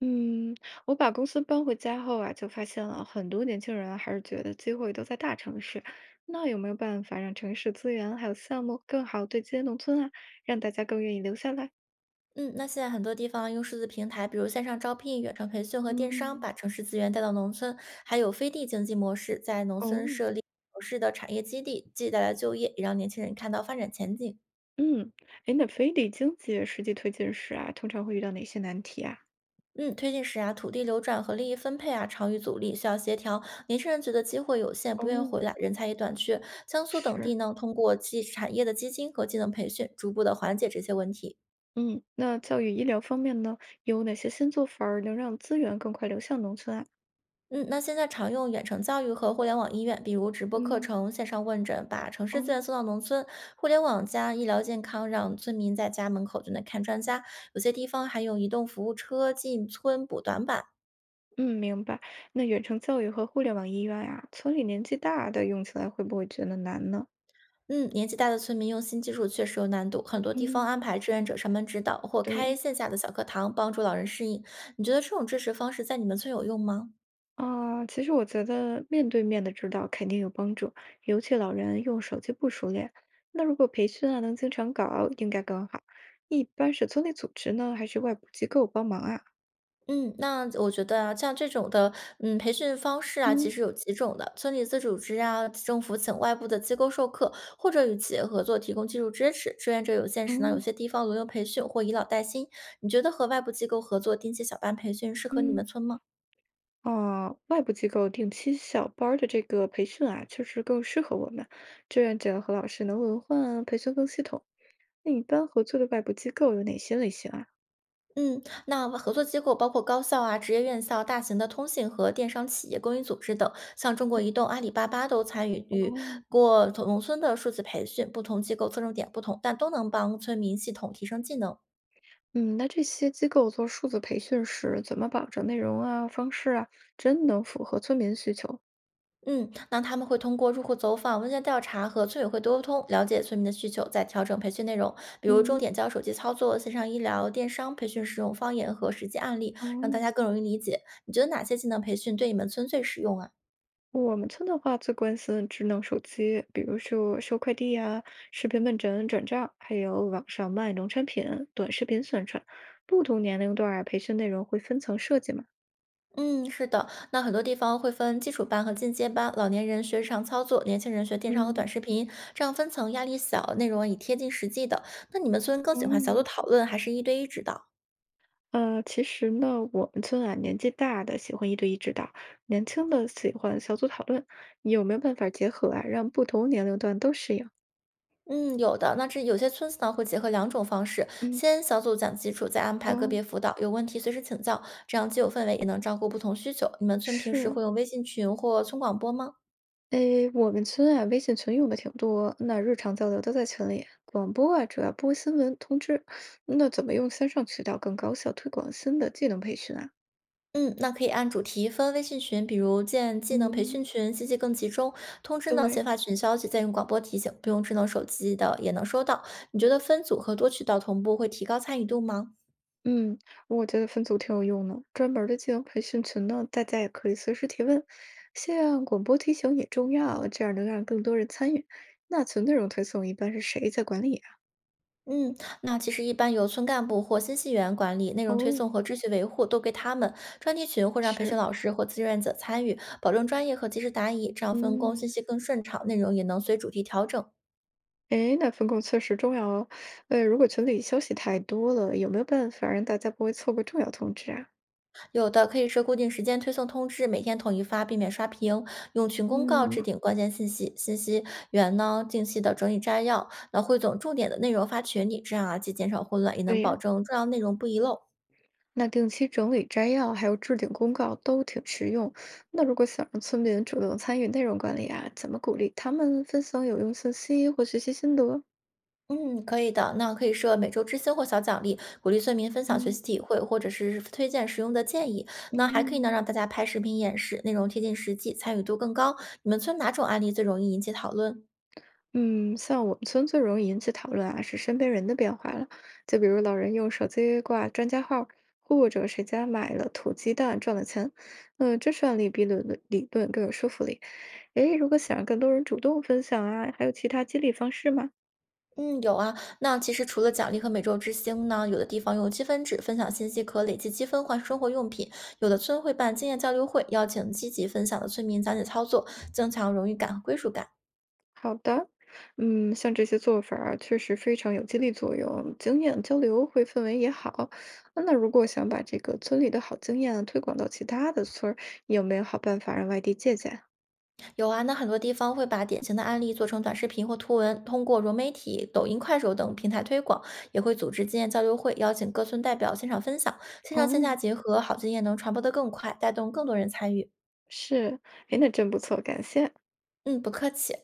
嗯，我把公司搬回家后啊，就发现了很多年轻人啊还是觉得机会都在大城市。那有没有办法让城市资源还有项目更好对接农村啊，让大家更愿意留下来？嗯，那现在很多地方用数字平台，比如线上招聘、远程培训和电商，嗯，把城市资源带到农村，还有飞地经济模式，在农村哦，设立城市的产业基地，既带来就业，也让年轻人看到发展前景。嗯，哎，那非得经济实际推进时啊，通常会遇到哪些难题啊？嗯，推进时啊，土地流转和利益分配啊，常遇阻力，需要协调。年轻人觉得机会有限，不愿意哦，回来，人才也短缺。江苏等地是，呢，通过技产业的基金和技能培训，逐步的缓解这些问题。嗯，那教育医疗方面呢，有哪些新做法儿能让资源更快流向农村啊？嗯，那现在常用远程教育和互联网医院，比如直播课嗯。程、线上问诊，把城市资源哦。送到农村。互联网加医疗健康，让村民在家门口就能看专家。有些地方还用移动服务车进村补短板。嗯，明白。那远程教育和互联网医院呀、村里年纪大的用起来会不会觉得难呢？嗯，年纪大的村民用新技术确实有难度，很多地方嗯，安排志愿者上门指导，或开对线下的小课堂，帮助老人适应。你觉得这种支持方式在你们村有用吗？啊，其实我觉得面对面的指导肯定有帮助，尤其老人用手机不熟练。那如果培训啊能经常搞，应该更好。一般是村里组织呢，还是外部机构帮忙啊？嗯，那我觉得啊，像这种的，嗯，培训方式啊，其嗯。实有几种的，村里自主织啊，政府请外部的机构授课，或者与企业合作提供技术支持。志愿者有限时呢，有嗯。些地方轮流培训或以老带新。你觉得和外部机构合作定期小班培训适合你嗯，们村吗？哦，外部机构定期小班儿的这个培训啊，确实更适合我们。志愿者和老师能轮换啊，培训更系统。那一般合作的外部机构有哪些类型啊？嗯，那合作机构包括高校啊、职业院校、大型的通信和电商企业、公益组织等，像中国移动、阿里巴巴都参与哦，过农村的数字培训。不同机构侧重点不同，但都能帮村民系统提升技能。嗯，那这些机构做数字培训时，怎么保证内容啊、方式啊，真能符合村民需求？嗯，那他们会通过入户走访、问卷调查和村委会多沟通，了解村民的需求，再调整培训内容，比如重嗯，点教手机操作、线上医疗、电商培训使用方言和实际案例，让大哦。家更容易理解。你觉得哪些技能培训对你们村最实用啊？我们村的话，最关心智能手机，比如说收快递呀、视频问诊转账，还有网上卖农产品、短视频宣传。不同年龄段儿啊，培训内容会分层设计嘛？嗯，是的，那很多地方会分基础班和进阶班，老年人学日常操作，年轻人学电商和短嗯，视频，这样分层压力小，内容也贴近实际的。那你们村更喜欢小组嗯，讨论，还是一对一指导？其实呢，我们村啊，年纪大的喜欢一对一指导，年轻的喜欢小组讨论，有没有办法结合啊，让不同年龄段都适应？嗯，有的。那这有些村子呢，会结合两种方式，嗯，先小组讲基础，再安排个哦，别辅导，有问题随时请教，这样既有氛围，也能照顾不同需求。你们村平时是，会用微信群或村广播吗？诶，我们村啊，微信群用的挺多，那日常交流都在群里。广播啊，主要播新闻通知。那怎么用线上渠道更高效推广新的技能培训啊？嗯，那可以按主题分微信群，比如建技能培嗯，训群，信息更集中。通知呢，对，先发群消息，再用广播提醒，不用智能手机的也能收到。你觉得分组和多渠道同步会提高参与度吗？嗯，我觉得分组挺有用的，专门儿的技能培训群呢，大家也可以随时提问，像广播提醒也重要，这样能让更多人参与。那群内容推送一般是谁在管理啊？嗯，那其实一般由村干部或信息员管理，内容推哦，送和秩序维护都归他们。专题群会让培训是，老师或志愿者参与，保证专业和及时答疑，这样分工嗯。信息更顺畅，内容也能随主题调整。诶，那分工确实重要哦。如果群里消息太多了，有没有办法让大家不会错过重要通知啊？有的可以设固定时间推送通知，每天统一发，避免刷屏。用群公告置嗯，顶关键信息，信息源呢定期的整理摘要，那汇总重点的内容发群里，这样啊既减少混乱，也能对保呀，证重要内容不遗漏。那定期整理摘要，还有置顶公告都挺实用。那如果想让村民主动参与内容管理啊，怎么鼓励他们分享有用信息或学习心得？嗯，可以的。那可以设每周之星或小奖励，鼓励村民分享学嗯习体会，或者是推荐实用的建议。那还可以呢，嗯，让大家拍视频演示，内容贴近实际，参与度更高。你们村哪种案例最容易引起讨论？嗯，像我们村最容易引起讨论啊，是身边人的变化了。就比如老人用手机挂专家号，或者谁家买了土鸡蛋赚了钱，嗯，这实案例比论的理论更有说服力。诶，如果想让更多人主动分享啊，还有其他激励方式吗？嗯，有啊。那其实除了奖励和每周之星呢，有的地方用积分制分享信息，可累计积分换生活用品；有的村会办经验交流会，邀请积极分享的村民讲解操作，增强荣誉感和归属感。好的，嗯，像这些做法儿啊确实非常有激励作用，经验交流会氛围也好。那如果想把这个村里的好经验推广到其他的村儿，有没有好办法让外地借鉴？有啊，那很多地方会把典型的案例做成短视频或图文，通过融媒体、抖音、快手等平台推广，也会组织经验交流会，邀请各村代表现场分享，线上线下哦。结合，好经验能传播的更快，带动更多人参与。是，哎，那真不错，感谢。嗯，不客气。